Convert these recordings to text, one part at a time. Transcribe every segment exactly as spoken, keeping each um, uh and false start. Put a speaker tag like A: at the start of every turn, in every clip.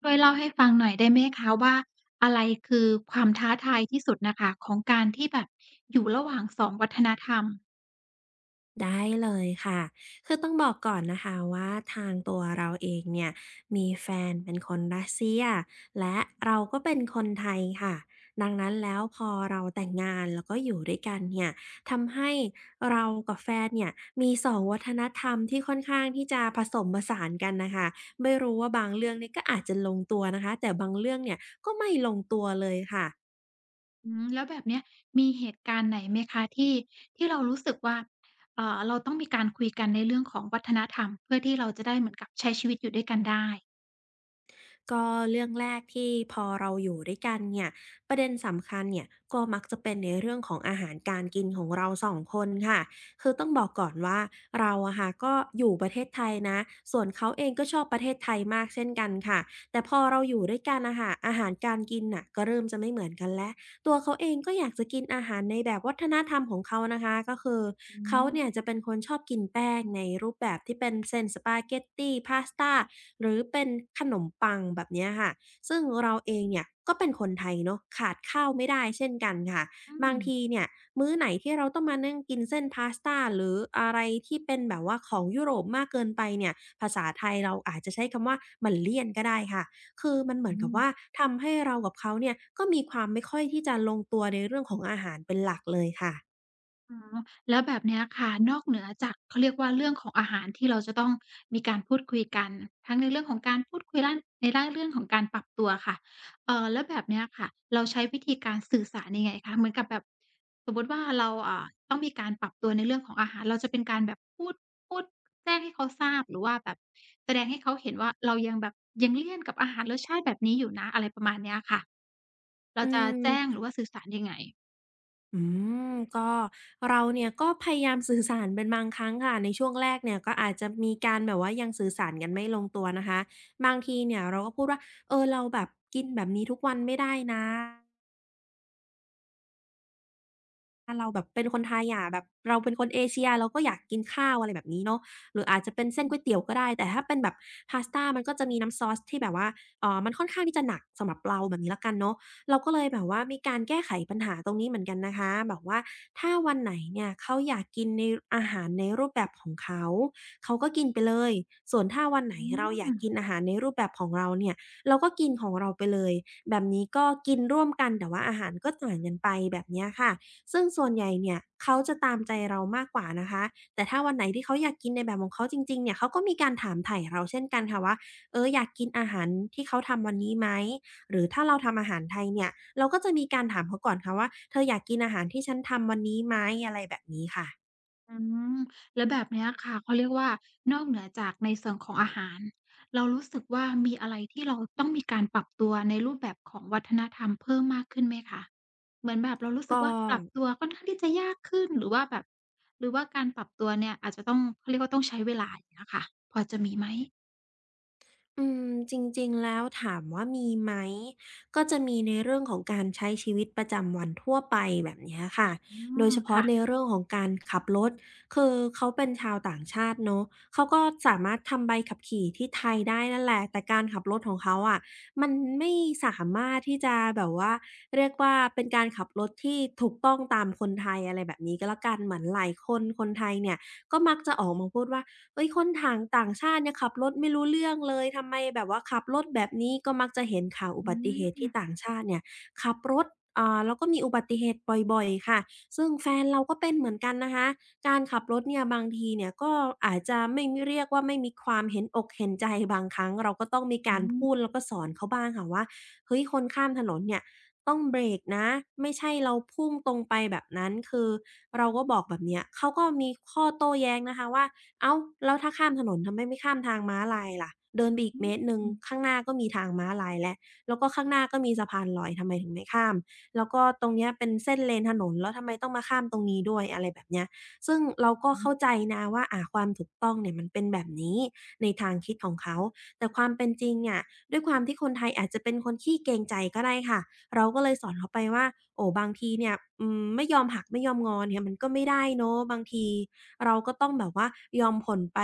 A: ช่วยเล่าให้ฟังหน่อยได้ไหมคะว่าอะไรคือความท้าทายที่สุดน่ะค่ะของการที่แบบอยู่ระหว่างสองวัฒนธรรม
B: ได้เลยค่ะคือต้องบอกก่อนนะคะว่าทางตัวเราเองเนี่ยมีแฟนเป็นคนรัสเซียและเราก็เป็นคนไทยค่ะ ดังนั้นแล้วพอเราแต่งงานแล้วก็อยู่ด้วยกันเนี่ยทำให้เรากับแฟนเนี่ยมีสองวัฒนธรรมที่ค่อนข้างที่จะผสมผสานกันนะคะ ไม่รู้ว่าบางเรื่องเนี่ยก็อาจจะลงตัวนะคะแต่บางเรื่องเนี่ยก็ไม่ลงตัวเลยค่ะ
A: อืมแล้วแบบเนี้ยมีเหตุการณ์ไหนไหมคะที่ที่เรารู้สึกว่าเอ่อเราต้องมีการคุยกันในเรื่องของวัฒนธรรมเพื่อที่เราจะได้เหมือนกับใช้ชีวิตอยู่ด้วยกันได้
B: ก็เรื่องแรกที่พอเราอยู่ด้วยกันเนี่ยประเด็นสำคัญเนี่ยก็มักจะเป็นในเรื่องของอาหารการกินของเราสองคนค่ะคือต้องบอกก่อนว่าเราอะค่ะก็อยู่ประเทศไทยนะส่วนเขาเองก็ชอบประเทศไทยมากเช่นกันค่ะแต่พอเราอยู่ด้วยกันนะค่ะอาหารการกินน่ะก็เริ่มจะไม่เหมือนกันแล้วตัวเขาเองก็อยากจะกินอาหารในแบบวัฒนธรรมของเขานะคะก็คือเขาเนี่ยจะเป็นคนชอบกินแป้งในรูปแบบที่เป็นเส้นสปาเกตตีพาสตา หรือเป็นขนมปังแบบเนี้ยค่ะซึ่งเราเองเนี่ยก็เป็นคนไทยเนาะขาดข้าวไม่ได้เช่นกันค่ะ
A: อื
B: บาง
A: ม
B: ทีเนี่ยมื้อไหนที่เราต้องมานั่งกินเส้นพาสต้าหรืออะไรที่เป็นแบบว่าของยุโรปมากเกินไปเนี่ยภาษาไทยเราอาจจะใช้คำว่ามันเลี่ยนก็ได้ค่ะคือมันเหมื
A: อื
B: อนกับ
A: ม
B: ว่าทำให้เรากับเขาเนี่ยก็มีความไม่ค่อยที่จะลงตัวในเรื่องของอาหารเป็นหลักเลยค่ะ
A: อ๋อแล้วแบบเนี้ยค่ะนอกเหนือจากเขาเรียกว่าเรื่องของอาหารที่เราจะต้องมีการพูดคุยกันทั้งในเรื่องของการพูดคุยด้านในด้านเรื่องของการปรับตัวค่ะเอ่อแล้วแบบเนี้ยค่ะเราใช้วิธีการสื่อสารยังไงคะเหมือนกับแบบสมมุติว่าเราอ่าต้องมีการปรับตัวในเรื่องของอาหารเราจะเป็นการแบบพูดพูดแจ้งให้เขาทราบหรือว่าแบบแสดงให้เขาเห็นว่าเรายังแบบยังเลี่ยนกับอาหารรสชาติแบบนี้อยู่นะอะไรประมาณเนี้ยค่ะเรา
B: อื
A: จะแจ้งห
B: ม
A: รือว่าสื่อสารยังไง
B: อืมก็เราเนี่ยก็พยายามสื่อสารเป็นบางครั้งค่ะในช่วงแรกเนี่ยก็อาจจะมีการแบบว่ายังสื่อสารกันไม่ลงตัวนะคะบางทีเนี่ยเราก็พูดว่าเออเราแบบกินแบบนี้ทุกวันไม่ได้นะ ถ้าเราแบบเป็นคนไทยอะแบบเราเป็นคนเอเชียเราก็อยากกินข้าวอะไรแบบนี้เนาะหรืออาจจะเป็นเส้นก๋วยเตี๋ยวก็ได้แต่ถ้าเป็นแบบพาสตามันก็จะมีน้ำซอสที่แบบว่าเอ่อมันค่อนข้างที่จะหนักสำหรับเราแบบนี้แล้วกันเนาะเราก็เลยแบบว่ามีการแก้ไขปัญหาตรงนี้เหมือนกันนะคะแบบว่าถ้าวันไหนเนี่ยเขาอยากกินในอาหารในรูปแบบของเขาเขาก็กินไปเลยส่วนถ้าวันไหน
A: อื
B: เราอยา
A: ม
B: กกินอาหารในรูปแบบของเราเนี่ยเราก็กินของเราไปเลยแบบนี้ก็กินร่วมกันแต่ว่าอาหารก็ต่างกันไปแบบเนี้ยค่ะ ซึ่งส่วนใหญ่เนี่ยเขาจะตามใจเรามากกว่านะคะแต่ถ้าวันไหนที่เขาอยากกินในแบบของเขาจริงๆเนี่ยเขาก็มีการถามไถ่เราเช่นกันค่ะว่าเอออยากกินอาหารที่เขาทำวันนี้ไหมหรือถ้าเราทำอาหารไทยเนี่ยเราก็จะมีการถามเขาก่อนค่ะว่าเธออยากกินอาหารที่ฉันทำวันนี้ไหมอะไรแบบนี้ค่ะ
A: อืมแล้วแบบเนี้ยค่ะเขาเรียกว่านอกเหนือจากในส่วนของอาหารเรารู้สึกว่ามีอะไรที่เราต้องมีการปรับตัวในรูปแบบของวัฒนธรรมเพิ่มมากขึ้นไหมคะเหมือนแบบเรารู้สึก
B: ก็
A: ว่าปรับตัวค่อนข้างที่จะยากขึ้นหรือว่าแบบหรือว่าการปรับตัวเนี่ยอาจจะต้องเขาเรียกว่าต้องใช้เวลาอย่างเงี้ยค่ะพอจะมีไหม
B: อืมจริงๆแล้วถามว่ามีไหมก็จะมีในเรื่องของการใช้ชีวิตประจำวันทั่วไปแบบเนี้ยค่ะ
A: อื
B: โด
A: ม
B: ยเฉพาะ
A: ค่ะ
B: ในเรื่องของการขับรถคือเขาเป็นชาวต่างชาติเนาะเขาก็สามารถทำใบขับขี่ที่ไทยได้นั่นแหละแต่การขับรถของเขาอะมันไม่สามารถที่จะแบบว่าเรียกว่าเป็นการขับรถที่ถูกต้องตามคนไทยอะไรแบบนี้ก็แล้วกันเหมือนหลายคนคนไทยเนี่ยก็มักจะออกมาพูดว่า เฮ้ยคนถ่างต่างชาติเนี่ยขับรถไม่รู้เรื่องเลยทำไมแบบว่าขับรถแบบนี้ก็มักจะเห็นข่าวอุ
A: อื
B: บัติเหตุที่
A: ม
B: ต่างชาติเนี่ยขับรถอ่าแล้วก็มีอุบัติเหตุบ่อยๆค่ะซึ่งแฟนเราก็เป็นเหมือนกันนะคะการขับรถเนี่ยบางทีเนี่ยก็อาจจะไม่มีเรียกว่าไม่มีความเห็นอกเห็นใจบางครั้งเราก็ต้องมีการ
A: อื
B: พูดแล้วก็สอนเขาบ้างค่ะว่าเฮ้ยคนข้ามถนนเนี่ยต้องเบรกนะไม่ใช่เราพุ่งตรงไปแบบนั้นคือเราก็บอกแบบเนี้ยเขาก็มีข้อโต้แย้งนะคะว่า เอ้าแล้วถ้าข้ามถนนทำไมไม่ข้ามทางม้าลายล่ะเดินไปอีกเมตรหนึ่งข้างหน้าก็มีทางม้าลายแล้วแล้วก็ข้างหน้าก็มีสะพานลอยทำไมถึงไม่ข้ามแล้วก็ตรงเนี้ยเป็นเส้นเลนถนนแล้วทำไมต้องมาข้ามตรงนี้ด้วยอะไรแบบเนี้ยซึ่งเราก็เข้าใจ
A: ม
B: นะว่าอ่าความถูกต้องเนี่ยมันเป็นแบบนี้ในทางคิดของเขาแต่ความเป็นจริงเนี่ยด้วยความที่คนไทยอาจจะเป็นคนขี้เกรงใจก็ได้ค่ะเราก็เลยสอนเขาไปว่าโอ้บางทีเนี่ยอืมไม่ยอมหักไม่ยอมงอเนี่ยมันก็ไม่ได้เนาะบางที เราก็ต้องแบบว่ายอมผลไป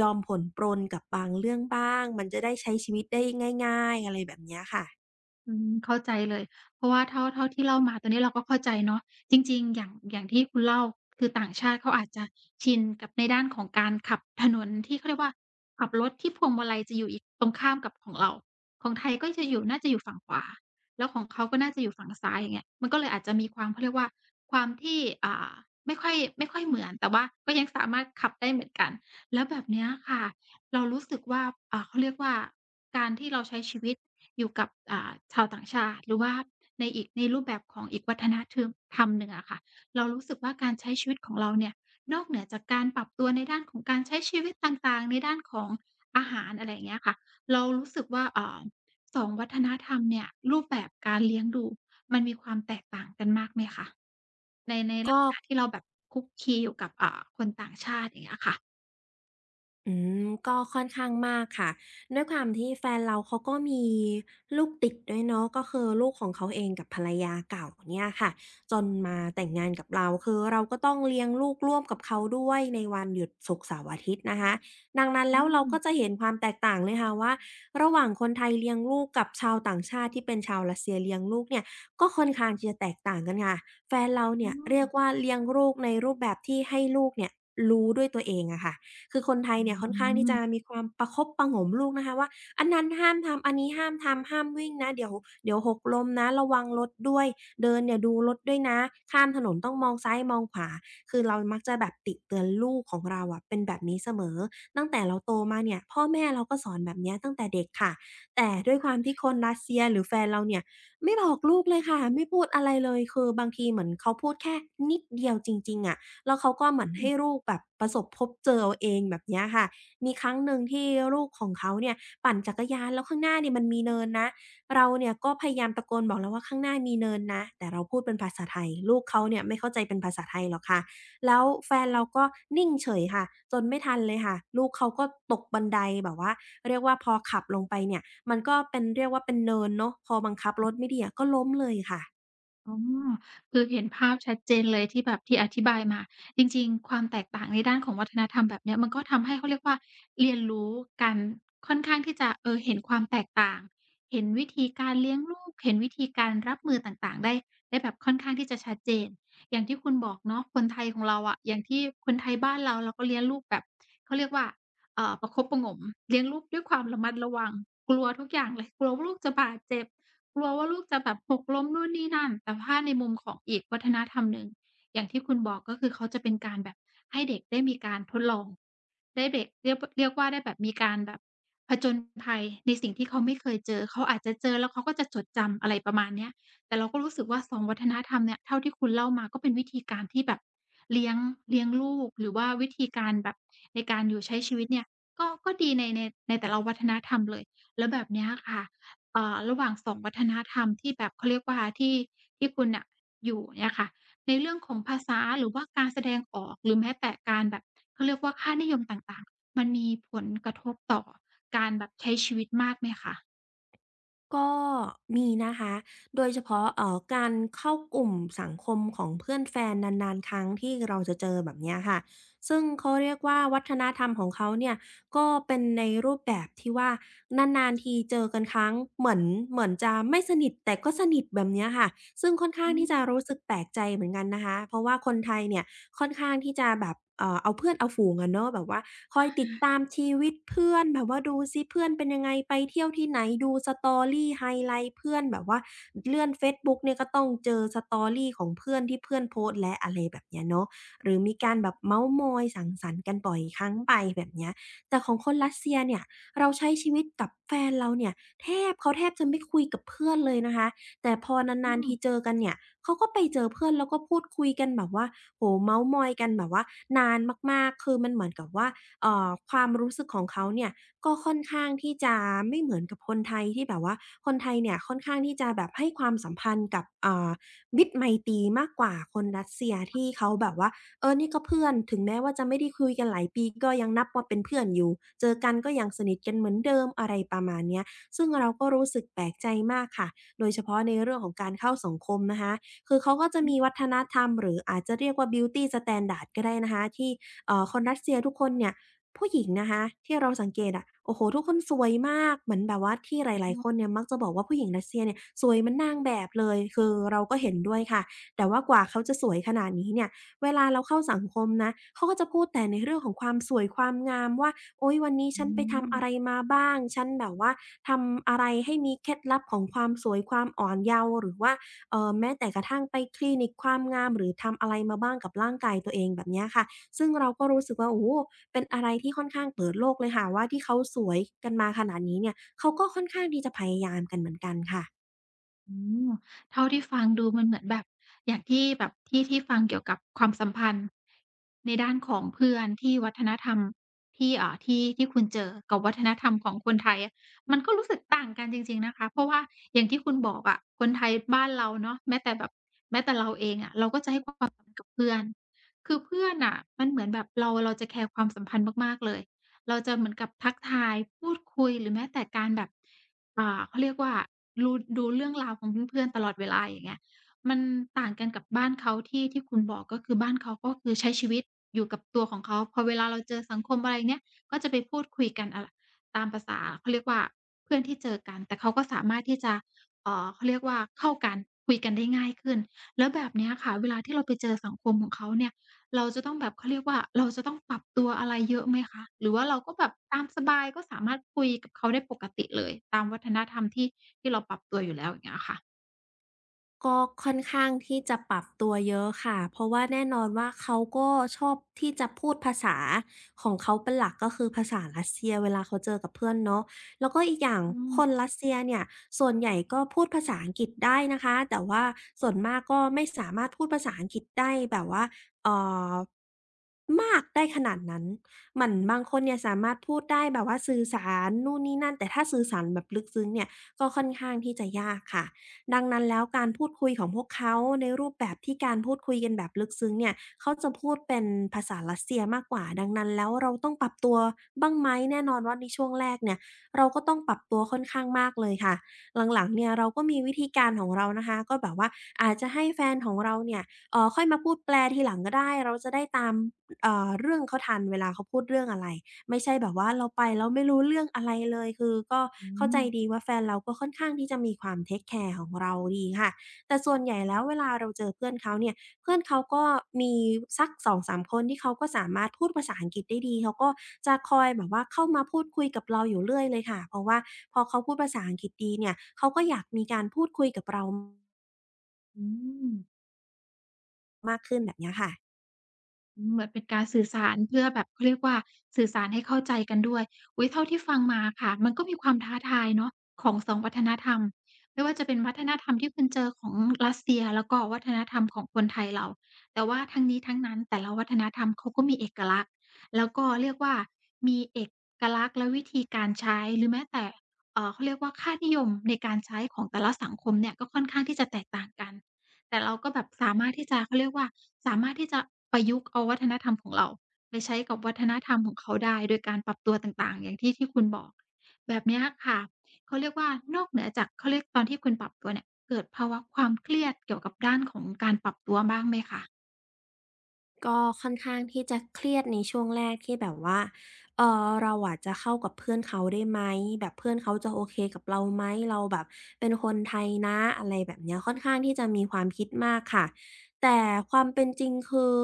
B: ยอมผลปรนกับบางเรื่องบ้างมันจะได้ใช้ชีวิตได้ง่ายๆอะไรแบบเนี้ยค่ะ
A: อืมเข้าใจเลยเพราะว่าเท่าเท่าที่เล่ามาตอนนี้เราก็เข้าใจเนาะจริงๆอย่างอย่างที่คุณเล่าคือต่างชาติเขาอาจจะชินกับในด้านของการขับถนนที่เขาเรียกว่าขับรถที่พวงมาลัยจะอยู่อีกตรงข้ามกับของเราของไทยก็จะอยู่น่าจะอยู่ฝั่งขวาแล้วของเขาก็น่าจะอยู่ฝั่งซ้ายอย่างเงี้ยมันก็เลยอาจจะมีความเขาเรียกว่าความที่อ่าไม่ค่อยไม่ค่อยเหมือนแต่ว่าก็ยังสามารถขับได้เหมือนกันแล้วแบบเนี้ยค่ะเรารู้สึกว่าอ่าเขาเรียกว่าการที่เราใช้ชีวิต อยู่กับอ่าชาวต่างชาติหรือว่าในอีกในรูปแบบของอีกวัฒนทึมธรรมหนึ่งอะค่ะเรารู้สึกว่าการใช้ชีวิตของเราเนี่ยนอกเหนือจากการปรับตัวในด้านของการใช้ชีวิตต่างๆในด้านของอาหารอะไรอย่างเงี้ยค่ะเรารู้สึกว่าอ่าสองวัฒนธรรมเนี่ยรูปแบบการเลี้ยงดูมันมีความแตกต่างกันมากไหมคะในในลัก
B: ก็
A: ษณะที่เราแบบคลุกคลีอยู่กับอ่าคนต่างชาติอย่างเงี้ยค่ะ
B: อืมก็ค่อนข้างมากค่ะด้วยความที่แฟนเราเขาก็มีลูกติดด้วยเนาะก็คือลูกของเขาเองกับภรรยาเก่าเนี่ยค่ะจนมาแต่งงานกับเราคือเราก็ต้องเลี้ยงลูกร่วมกับเขาด้วยในวันหยุดศุกร์เสาร์อาทิตย์นะคะดังนั้น
A: อื
B: แล้วเรา
A: ม
B: ก็จะเห็นความแตกต่างเลยค่ะว่าระหว่างคนไทยเลี้ยงลูกกับชาวต่างชาติที่เป็นชาวรัสเซียเลี้ยงลูกเนี่ยก็ค่อนข้างที่จะแตกต่างกันค่ะแฟนเราเนี่ยเรียกว่าเลี้ยงลูกในรูปแบบที่ให้ลูกเนี่ยรู้ด้วยตัวเองอะค่ะ คือคนไทยเนี่ยค่อนข้างที่จะมีความประคบประหงมลูกนะคะว่าอันนั้นห้ามทำอันนี้ห้ามทำห้ามวิ่งนะเดี๋ยวเดี๋ยวหกล้มนะระวังรถด้วยเดินเนี่ยดูรถด้วยนะข้ามถนนต้องมองซ้ายมองขวาคือเรามักจะแบบติเตือนลูกของเราอะเป็นแบบนี้เสมอตั้งแต่เราโตมาเนี่ยพ่อแม่เราก็สอนแบบเนี้ยตั้งแต่เด็กค่ะแต่ด้วยความที่คนรัสเซียหรือแฟนเราเนี่ยไม่บอกลูกเลยค่ะไม่พูดอะไรเลยคือบางทีเหมือนเขาพูดแค่นิดเดียวจริงๆอะ แล้วเขาก็เหมือนให้ลูกแบบประสบพบเจอเอาเองแบบเนี้ยค่ะมีครั้งหนึ่งที่ลูกของเขาเนี่ยปั่นจักรยานแล้วข้างหน้าเนี่ยมันมีเนินนะเราเนี่ยก็พยายามตะโกนบอกแล้วว่าข้างหน้ามีเนินนะแต่เราพูดเป็นภาษาไทยลูกเขาเนี่ยไม่เข้าใจเป็นภาษาไทยหรอกค่ะแล้วแฟนเราก็นิ่งเฉยค่ะจนไม่ทันเลยค่ะลูกเขาก็ตกบันไดแบบว่าเรียกว่าพอขับลงไปเนี่ยมันก็เป็นเรียกว่าเป็นเนินเนาะพอบังคับรถไม่ดีอะก็ล้มเลยค่ะ
A: อ๋อคือเห็นภาพชัดเจนเลยที่แบบที่อธิบายมาจริงๆความแตกต่างในด้านของวัฒนธรรมแบบเนี้ยมันก็ทำให้เขาเรียกว่าเรียนรู้กันค่อนข้างที่จะเออเห็นความแตกต่างเห็นวิธีการเลี้ยงลูกเห็นวิธีการรับมือต่างๆได้ได้แบบค่อนข้างที่จะชัดเจนอย่างที่คุณบอกเนาะคนไทยของเราอะอย่างที่คนไทยบ้านเราเราก็เลี้ยงลูกแบบเขาเรียกว่าเอ่อประคบประหงมเลี้ยงลูกด้วยความระมัดระวังกลัวทุกอย่างเลยกลัวว่าลูกจะบาดเจ็บ กลัวว่าลูกจะแบบหกล้มนู่นนี่นั่นแต่ถ้าในมุมของอีกวัฒนธรรมหนึ่งอย่างที่คุณบอกก็คือเขาจะเป็นการแบบให้เด็กได้มีการทดลองได้เด็กเรียกเรียกว่าได้แบบมีการแบบผจญภัยในสิ่งที่เขาไม่เคยเจอเขาอาจจะเจอแล้วเขาก็จะจดจำอะไรประมาณเนี้ยแต่เราก็รู้สึกว่าสองวัฒนธรรมเนี่ยเท่าที่คุณเล่ามาก็เป็นวิธีการที่แบบเลี้ยงเลี้ยงลูกหรือว่าวิธีการแบบในการอยู่ใช้ชีวิตเนี่ยก็ก็ดีในในในแต่ละวัฒนธรรมเลยแล้วแบบเนี้ยค่ะ อ่าระหว่างสองวัฒนธรรมที่แบบเขาเรียกว่าที่ที่คุณน่ะอยู่เนี่ยค่ะในเรื่องของภาษาหรือว่าการแสดงออกหรือแม้แต่การแบบเขาเรียกว่าค่านิยมต่างๆมันมีผลกระทบต่อการแบบใช้ชีวิตมากไหมคะ
B: ก็มีนะคะ โดยเฉพาะเอ่อการเข้ากลุ่มสังคมของเพื่อนแฟนนานๆครั้งที่เราจะเจอแบบเนี้ยค่ะซึ่งเขาเรียกว่าวัฒนธรรมของเขาเนี่ยก็เป็นในรูปแบบที่ว่านานๆทีเจอกันครั้งเหมือนเหมือนจะไม่สนิทแต่ก็สนิทแบบเนี้ยค่ะซึ่งค่อนข้าง
A: อื
B: ที่จะ
A: ม
B: รู้สึกแปลกใจเหมือนกันนะคะ เพราะว่าคนไทยเนี่ย ค่อนข้างที่จะแบบเอ่อเอาเพื่อนเอาฝูงอะเนาะแบบว่าคอยติดตามชีวิตเพื่อนแบบว่าดูซิเพื่อนเป็นยังไงไปเที่ยวที่ไหนดู Story ไฮไลต์เพื่อนแบบว่าเลื่อนเฟซบุ๊กเนี่ยก็ต้องเจอ Story ของเพื่อนที่เพื่อนโพสต์แล้วอะไรแบบเนี้ยเนาะหรือมีการแบบเม้าท์มอยสังสรรค์กันบ่อยครั้งไปแบบเนี้ยแต่ของคนรัสเซียเนี่ยเราใช้ชีวิตกับแฟนเราเนี่ยแทบเขาแทบจะไม่คุยกับเพื่อนเลยนะคะแต่พอ
A: ๆอื
B: นานๆทีเจอกันเนี่ยเขาก็ไปเจอเพื่อนแล้วก็พูดคุยกันแบบว่า โอ้โเมาท์มอยกันแบบว่านานมากๆคือมันเหมือนกับว่าเอ่อความรู้สึกของเขาเนี่ยก็ค่อนข้างที่จะไม่เหมือนกับคนไทยที่แบบว่าคนไทยเนี่ยค่อนข้างที่จะแบบให้ความสัมพันธ์กับเอ่ามิตรไมตรีมากกว่าคนรัสเซียที่เขาแบบว่าเออนี่ก็เพื่อนถึงแม้ว่าจะไม่ได้คุยกันหลายปีก็ยังนับว่าเป็นเพื่อนอยู่เจอกันก็ยังสนิทกันเหมือนเดิมอะไรประมาณเนี้ยซึ่งเราก็รู้สึกแปลกใจมากค่ะโดยเฉพาะในเรื่องของการเข้าสังคมนะคะ คือเขาก็จะมีวัฒนธรรมหรืออาจจะเรียกว่า บิวตี้ สแตนดาร์ด ก็ได้นะคะที่เอ่อคนรัสเซียทุกคนเนี่ยผู้หญิงนะคะที่เราสังเกตอะโอ้โฮทุกคนสวยมากเหมือนแบบว่าที่หลายๆคน
A: อ
B: เนี่ยมักจะบอกว่าผู้หญิงรัสเซียเนี่ยสวยเหมือนนางแบบเลยคือเราก็เห็นด้วยค่ะแต่ว่ากว่าเขาจะสวยขนาดนี้เนี่ยเวลาเราเข้าสังคมนะเขาก็จะพูดแต่ในเรื่องของความสวยความงามว่าโอ๊ยวันนี้
A: ๆอื
B: ฉันไป
A: ม
B: ทำอะไรมาบ้างฉันแบบว่าทำอะไรให้มีเคล็ดลับของความสวยความอ่อนเยาว์หรือว่า เอ่อแม้แต่กระทั่งไปคลินิกความงามหรือทำอะไรมาบ้างกับร่างกายตัวเองแบบเนี้ยค่ะซึ่งเราก็รู้สึกว่าโอ้โฮเป็นอะไรที่ค่อนข้างเปิดโลกเลยค่ะว่าที่เขาสวยกันมาขนาดนี้เนี่ยเขาก็ค่อนข้างที่จะพยายามกันเหมือนกันค่ะ
A: อืมเท่าที่ฟังดูมันเหมือนแบบอย่างที่แบบที่ที่ฟังเกี่ยวกับความสัมพันธ์ในด้านของเพื่อนที่วัฒนธรรมที่อ่าที่ที่คุณเจอกับวัฒนธรรมของคนไทยอะมันก็รู้สึกต่างกันจริงๆนะคะเพราะว่าอย่างที่คุณบอกอะคนไทยบ้านเราเนาะแม้แต่แบบแม้แต่เราเองอะเราก็จะให้ความสำคัญกับเพื่อนคือเพื่อนน่ะมันเหมือนแบบเราเราจะแคร์ความสัมพันธ์มากๆเลยเราจะเหมือนกับทักทายพูดคุยหรือแม้แต่การแบบ อ่าเขาเรียกว่ารู้ดูเรื่องราวของเพื่อนๆตลอดเวลาอย่างเงี้ยมันต่างกันกับบ้านเขาที่ที่คุณบอกก็คือบ้านเขาก็คือใช้ชีวิตอยู่กับตัวของเขาพอเวลาเราเจอสังคมอะไรเงี้ยก็จะไปพูดคุยกันอ่าตามประสาเขาเรียกว่าเพื่อนที่เจอกันแต่เขาก็สามารถที่จะเอ่อเขาเรียกว่าเข้ากันคุยกันได้ง่ายขึ้นแล้วแบบเนี้ยค่ะเวลาที่เราไปเจอสังคมของเขาเนี่ย เราจะต้องแบบเขาเรียกว่าเราจะต้องปรับตัวอะไรเยอะไหมคะหรือว่าเราก็แบบตามสบายก็สามารถคุยกับเขาได้ปกติเลยตามวัฒนธรรมที่ที่เราปรับตัวอยู่แล้วอย่างเงี้ยค่ะ
B: ก็ค่อนข้างที่จะปรับตัวเยอะค่ะเพราะว่าแน่นอนว่าเขาก็ชอบที่จะพูดภาษาของเขาเป็นหลักก็คือภาษารัสเซียเวลาเขาเจอกับเพื่อนเนาะแล้วก็อีกอย่าง
A: อืม
B: คนรัสเซียเนี่ยส่วนใหญ่ก็พูดภาษาอังกฤษได้นะคะ แต่ว่าส่วนมากก็ไม่สามารถพูดภาษาอังกฤษได้แบบว่าเอ่อมากได้ขนาดนั้นเหมือนบางคนเนี่ยสามารถพูดได้แบบว่าสื่อสารนู่นนี่นั่นแต่ถ้าสื่อสารแบบลึกซึ้งเนี่ยก็ค่อนข้างที่จะยากค่ะ ดังนั้นแล้วการพูดคุยของพวกเขาในรูปแบบที่การพูดคุยกันแบบลึกซึ้งเนี่ยเขาจะพูดเป็นภาษารัสเซียมากกว่าดังนั้นแล้วเราต้องปรับตัวบ้างไหมแน่นอนว่าในช่วงแรกเนี่ยเราก็ต้องปรับตัวค่อนข้างมากเลยค่ะหลังๆเนี่ยเราก็มีวิธีการของเรานะคะก็แบบว่าอาจจะให้แฟนของเราเนี่ยเอ่อค่อยมาพูดแปลทีหลังก็ได้เราจะได้ตามเอ่อเรื่องเขาทันเวลาเขาพูดเรื่องอะไร ไม่ใช่แบบว่าเราไปแล้วไม่รู้เรื่องอะไรเลยคือก็
A: อื
B: เข้าใจ
A: ม
B: ดีว่าแฟนเราก็ค่อนข้างที่จะมีความเทคแคร์ของเราดีค่ะแต่ส่วนใหญ่แล้วเวลาเราเจอเพื่อนเขาเนี่ยเพื่อนเขาก็มีสักสองสามคนที่เขาก็สามารถพูดภาษาอังกฤษได้ดีเขาก็จะคอยแบบว่าเข้ามาพูดคุยกับเราอยู่เรื่อยเลยค่ะเพราะว่าพอเขาพูดภาษาอังกฤษดีเนี่ยเขาก็อยากมีการพูดคุยกับเรา
A: อืม
B: มากขึ้นแบบเนี้ยค่ะ
A: เหมือนเป็นการสื่อสารเพื่อแบบเขาเรียกว่าสื่อสารให้เข้าใจกันด้วยอุ๊ยเท่าที่ฟังมาค่ะมันก็มีความท้าทายเนาะของสองวัฒนธรรมไม่ว่าจะเป็นวัฒนธรรมที่คุณเจอของรัสเซียแล้วก็วัฒนธรรมของคนไทยเราแต่ว่าทั้งนี้ทั้งนั้นแต่ละวัฒนธรรมเขาก็มีเอกลักษณ์แล้วก็เรียกว่ามีเอกลักษณ์และวิธีการใช้หรือแม้แต่เอ่อเขาเรียกว่าค่านิยมในการใช้ของแต่ละสังคมเนี่ยก็ค่อนข้างที่จะแตกต่างกัน แต่เราก็แบบสามารถที่จะเขาเรียกว่าสามารถที่จะประยุกต์เอาวัฒนธรรมของเราไปใช้กับวัฒนธรรมของเขาได้โดยการปรับตัวต่างๆอย่างที่ที่คุณบอกแบบเนี้ยค่ะเขาเรียกว่านอกเหนือจากเขาเรียกตอนที่คุณปรับตัวเนี่ยเกิดภาวะความเครียดเกี่ยวกับด้านของการปรับตัวบ้างไหมคะ
B: ก็ค่อนข้างที่จะเครียดในช่วงแรกที่แบบว่าเออเราอาจจะเข้ากับเพื่อนเขาได้ไหมแบบเพื่อนเขาจะโอเคกับเราไหมเราแบบเป็นคนไทยนะอะไรแบบเนี้ยค่อนข้างที่จะมีความคิดมากค่ะแต่ความเป็นจริงคือ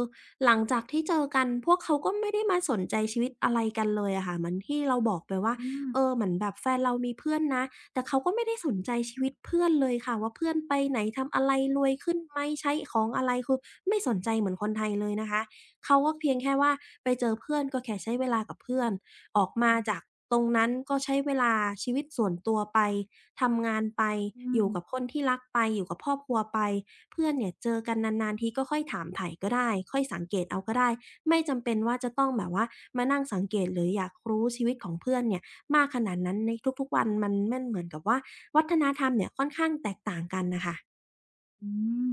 B: หลังจากที่เจอกันพวกเขาก็ไม่ได้มาสนใจชีวิตอะไรกันเลยอะค่ะเหมือนที่เราบอกไปว่า
A: อืม
B: เออเหมือนแบบแฟนเรามีเพื่อนนะ แต่เขาก็ไม่ได้สนใจชีวิตเพื่อนเลยค่ะว่าเพื่อนไปไหนทำอะไรรวยขึ้นไหมใช้ของอะไรคือไม่สนใจเหมือนคนไทยเลยนะคะเขาก็เพียงแค่ว่าไปเจอเพื่อนก็แค่ใช้เวลากับเพื่อนออกมาจากตรงนั้นก็ใช้เวลาชีวิตส่วนตัวไปทำงานไป
A: อื
B: อ
A: ม
B: ยู่กับคนที่รักไปอยู่กับครอบครัวไปเพื่อนเนี่ยเจอกันนานๆทีก็ค่อยถามไถ่ก็ได้ค่อยสังเกตเอาก็ได้ไม่จำเป็นว่าจะต้องแบบว่ามานั่งสังเกตหรืออยากรู้ชีวิตของเพื่อนเนี่ย มากขนาดนั้นในทุกๆวันมันแมันเหมือนกับว่าวัฒนธรรมเนี่ยค่อนข้างแตกต่างกันน่ะค่ะ
A: อืม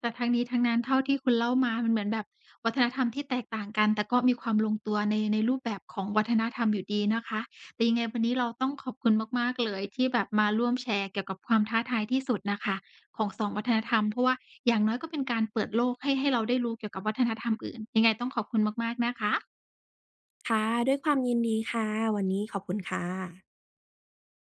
A: แต่ทั้งนี้ทั้งนั้นเท่าที่คุณเล่ามามันเหมือนแบบวัฒนธรรมที่แตกต่างกัน แต่ก็มีความลงตัวในในรูปแบบของวัฒนธรรมอยู่ดีนะคะ แต่ยังไงวันนี้เราต้องขอบคุณมากๆเลยที่แบบมาร่วมแชร์เกี่ยวกับความท้าทายที่สุดน่ะค่ะของสองวัฒนธรรมเพราะว่าอย่างน้อยก็เป็นการเปิดโลกให้ให้เราได้รู้เกี่ยวกับวัฒนธรรมอื่นยังไงต้องขอบคุณมากๆนะคะ
B: ค่ะด้วยความยินดีค่ะวันนี้ขอบคุณค่ะ